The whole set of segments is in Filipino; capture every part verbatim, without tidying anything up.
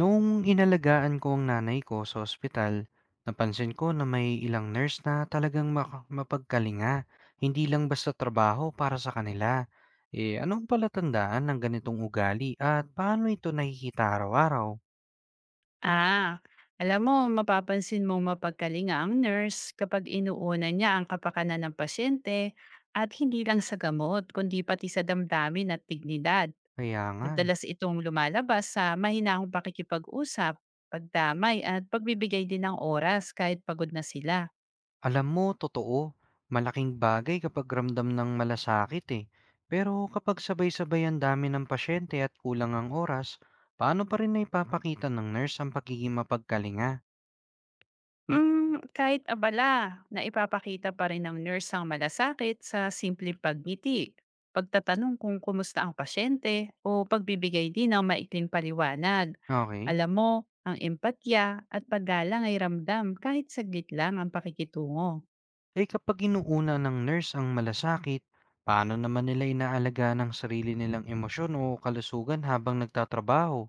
Noong inalagaan ko ang nanay ko sa ospital, napansin ko na may ilang nurse na talagang maka- mapagkalinga, hindi lang basta trabaho para sa kanila. Eh, anong palatandaan ng ganitong ugali at paano ito nakikita araw-araw? Ah, alam mo, mapapansin mong mapagkalinga ang nurse kapag inuuna niya ang kapakanan ng pasyente at hindi lang sa gamot, kundi pati sa damdamin at dignidad. Kaya nga, eh. Madalas itong lumalabas sa mahinahong pakikipag-usap, pagdamay at pagbibigay din ng oras kahit pagod na sila. Alam mo, totoo, malaking bagay kapag ramdam ng malasakit eh. Pero kapag sabay-sabay ang dami ng pasyente at kulang ang oras, paano pa rin na ipapakita ng nurse ang pagiging mapagkalinga? Hmm, kahit abala, naipapakita pa rin ng nurse ang malasakit sa simpleng pagngiti, pagtatanong kung kumusta ang pasyente o pagbibigay din ng maikling paliwanag. Okay? Alam mo, ang empatya at paggalang ay ramdam kahit saglit lang ang pakikitungo. Eh kapag inuuna ng nurse ang malasakit, paano naman nila inaalagaan ng sarili nilang emosyon o kalusugan habang nagtatrabaho?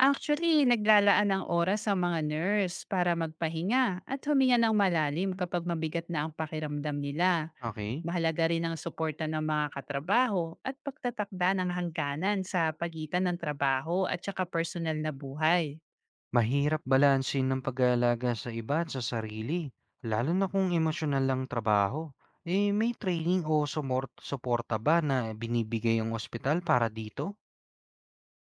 Actually, naglalaan ng oras ang mga nurse para magpahinga at huminga ng malalim kapag mabigat na ang pakiramdam nila. Okay? Mahalaga rin ang suporta ng mga katrabaho at pagtatakda ng hangganan sa pagitan ng trabaho at saka personal na buhay. Mahirap balansin ng pag-aalaga sa iba at sa sarili, lalo na kung emosyonal lang trabaho. Eh may training o sumort- suporta ba na binibigay ang ospital para dito?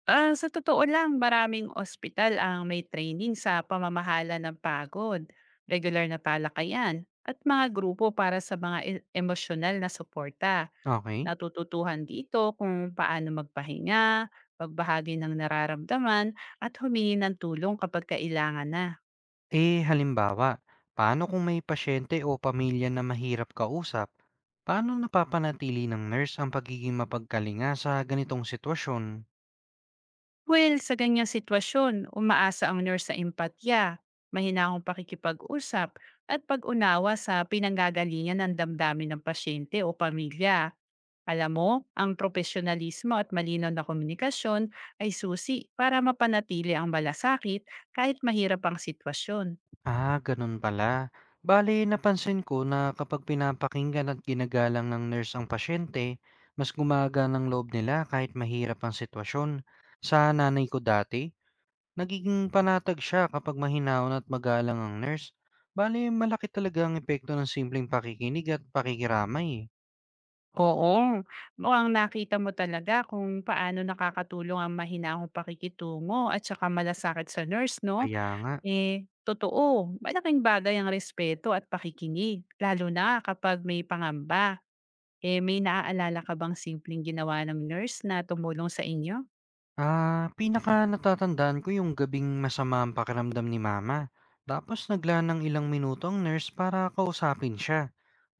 Ah, sa totoo lang, maraming ospital ang may training sa pamamahala ng pagod, regular na talakayan, at mga grupo para sa mga e- emosyonal na suporta. Okay? Natututuhan dito kung paano magpahinga, pagbahagi ng nararamdaman, at humingi ng tulong kapag kailangan na. Eh, halimbawa, paano kung may pasyente o pamilya na mahirap kausap? Paano napapanatili ng nurse ang pagiging mapagkalinga sa ganitong sitwasyon? Well, sa ganyang sitwasyon, umaasa ang nurse sa empatya, mahinahong pakikipag-usap, at pag-unawa sa pinanggagalingan ng damdamin ng pasyente o pamilya. Alam mo, ang profesionalismo at malinaw na komunikasyon ay susi para mapanatili ang malasakit kahit mahirap ang sitwasyon. Ah, ganun pala. Bale, napansin ko na kapag pinapakinggan at ginagalang ng nurse ang pasyente, mas gumaga ng loob nila kahit mahirap ang sitwasyon. Sa nanay ko dati, nagiging panatag siya kapag mahinaon at magalang ang nurse. Bale, malaki talaga ang epekto ng simpleng pakikinig at pakikiramay eh. Oo, mukhang nakita mo talaga kung paano nakakatulong ang mahinahong pakikitungo at saka malasakit sa nurse, no? Kaya nga. Eh, totoo, malaking bagay ang respeto at pakikinig, lalo na kapag may pangamba. Eh, may naaalala ka bang simpleng ginawa ng nurse na tumulong sa inyo? Ah, pinaka pinakanatatandaan ko yung gabing masama ang pakiramdam ni mama. Tapos naglaan ng ilang minuto ang nurse para kausapin siya.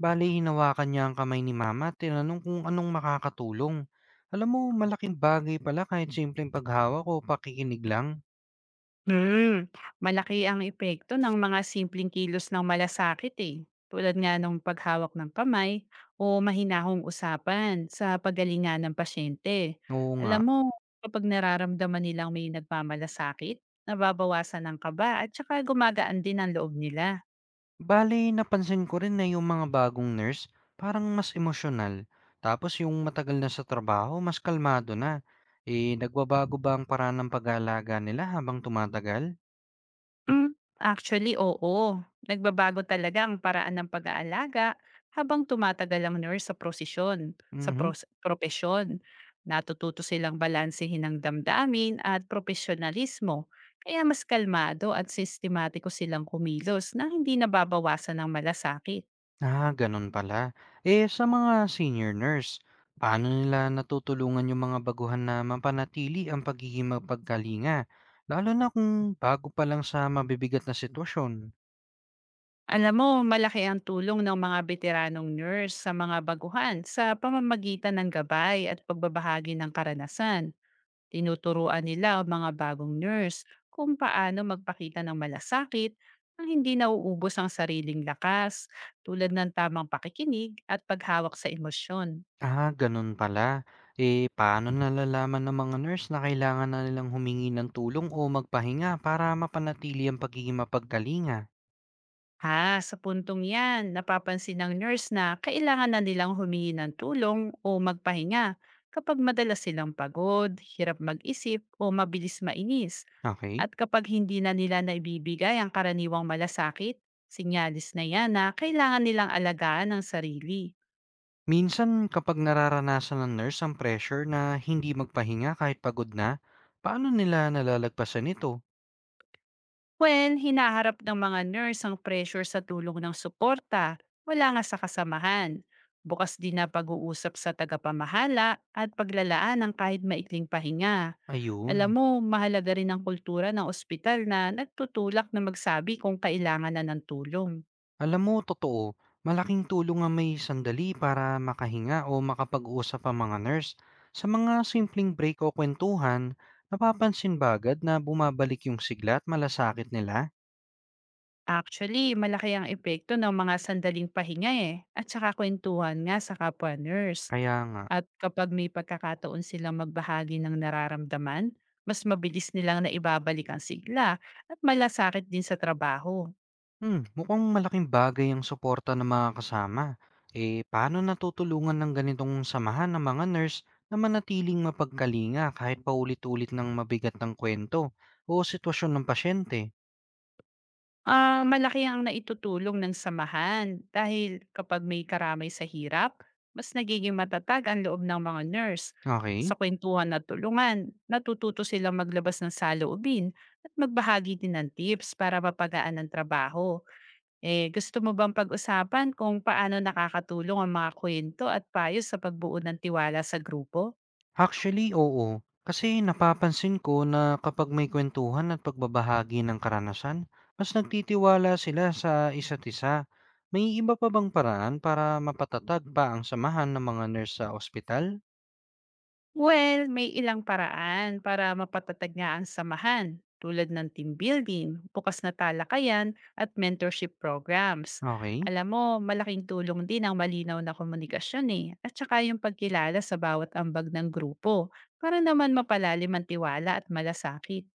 Bale, hinawakan niya ang kamay ni mama at tinanong kung anong makakatulong. Alam mo, malaking bagay pala kahit simpleng paghawak o pakikinig lang. Hmm, Malaki ang epekto ng mga simpleng kilos ng malasakit eh, tulad nga ng paghawak ng kamay o mahinahong usapan sa pagalingan ng pasyente. Oo nga. Alam mo, kapag nararamdaman nilang may nagmamalasakit, nababawasan ang kaba at saka gumagaan din ang loob nila. Bale, napansin ko rin na yung mga bagong nurse, parang mas emosyonal. Tapos yung matagal na sa trabaho, mas kalmado na. Eh, nagbabago ba ang paraan ng pag-aalaga nila habang tumatagal? Hmm, actually oo. Nagbabago talaga ang paraan ng pag-aalaga habang tumatagal ang nurse sa prosesyon, sa Mhm. pros propesyon. Natututo silang balansehin ang damdamin at profesionalismo, kaya mas kalmado at sistematiko silang kumilos na hindi nababawasan ng malasakit. Ah, ganun pala. Eh, sa mga senior nurse, paano nila natutulungan yung mga baguhan na mapanatili ang pagiging mapagkalinga? Lalo na kung bago pa lang sa mabibigat na sitwasyon. Alam mo, malaki ang tulong ng mga beteranong nurse sa mga baguhan sa pamamagitan ng gabay at pagbabahagi ng karanasan. Tinuturuan nila ang mga bagong nurse kung paano magpakita ng malasakit nang hindi nauubos ang sariling lakas, tulad ng tamang pakikinig at paghawak sa emosyon. Ah, ganun pala. Eh, paano nalalaman ng mga nurse na kailangan na nilang humingi ng tulong o magpahinga para mapanatili ang pagiging mapagkalinga? Ha, sa puntong yan, napapansin ng nurse na kailangan na nilang humingi ng tulong o magpahinga kapag madalas silang pagod, hirap mag-isip o mabilis mainis. Okay. At kapag hindi na nila naibibigay ang karaniwang malasakit, sinyalis na yan na kailangan nilang alagaan ang sarili. Minsan, kapag nararanasan ng nurse ang pressure na hindi magpahinga kahit pagod na, paano nila nalalagpasan ito? When hinaharap ng mga nurse ang pressure sa tulong ng suporta, wala nga sa kasamahan. Bukas din na pag-uusap sa tagapamahala at paglalaan ng kahit maikling pahinga. Alam Ayun. mo, mahalaga rin ang kultura ng ospital na nagtutulak na magsabi kung kailangan na ng tulong. Alam mo, totoo, malaking tulong ang may sandali para makahinga o makapag-usap ang mga nurse. Sa mga simpleng break o kwentuhan, napapansin ba agad na bumabalik yung sigla at malasakit nila? Actually, malaki ang epekto ng mga sandaling pahinga eh, at saka kwentuhan nga sa kapwa nurse. Kaya nga. At kapag may pagkakataon silang magbahagi ng nararamdaman, mas mabilis nilang naibabalik ang sigla at malasakit din sa trabaho. Hmm, mukhang malaking bagay ang suporta ng mga kasama. Eh, paano natutulungan ng ganitong samahan ng mga nurse na manatiling mapagkalinga kahit paulit-ulit ng mabigat ng kwento o sitwasyon ng pasyente? Ah, malaki ang naitutulong ng samahan dahil kapag may karamay sa hirap, mas nagiging matatag ang loob ng mga nurse. Sa Okay? kwentuhan at tulungan, natututo silang maglabas ng saloobin at magbahagi din ng tips para mapagaan ang trabaho. Eh, gusto mo bang pag-usapan kung paano nakakatulong ang mga kwento at payo sa pagbuo ng tiwala sa grupo? Actually, oo. Kasi napapansin ko na kapag may kwentuhan at pagbabahagi ng karanasan, mas nagtitiwala sila sa isa't isa. May iba pa bang paraan para mapatatag pa ang samahan ng mga nurse sa ospital? Well, may ilang paraan para mapatatag nga ang samahan tulad ng team building, bukas na talakayan, at mentorship programs. Okay. Alam mo, malaking tulong din ang malinaw na komunikasyon eh, at saka yung pagkilala sa bawat ambag ng grupo para naman mapalalim ang tiwala at malasakit.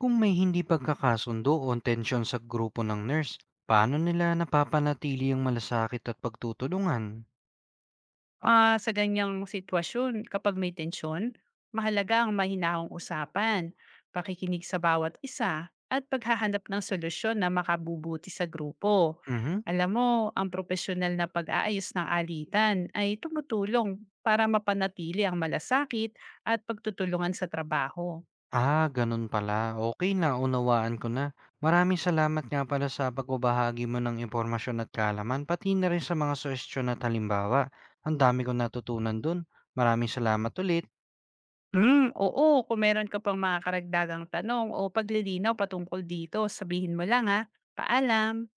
Kung may hindi pagkakasundo o tensyon sa grupo ng nurse, paano nila napapanatili ang malasakit at pagtutulungan? Ah, sa ganyang sitwasyon, kapag may tensyon, mahalaga ang mahinahong usapan, pakikinig sa bawat isa, at paghahanap ng solusyon na makabubuti sa grupo. Mhm. Alam mo, ang profesional na pag-aayos ng alitan ay tumutulong para mapanatili ang malasakit at pagtutulungan sa trabaho. Ah, ganun pala. Okay, na unawaan ko na. Maraming salamat nga pala sa pagbabahagi mo ng impormasyon at kaalaman, pati na rin sa mga suhestiyon at halimbawa. Ang dami kong natutunan dun. Maraming salamat ulit. Hmm, oo, kung meron ka pang mga karagdagang tanong o paglilinaw patungkol dito, sabihin mo lang ha. Paalam!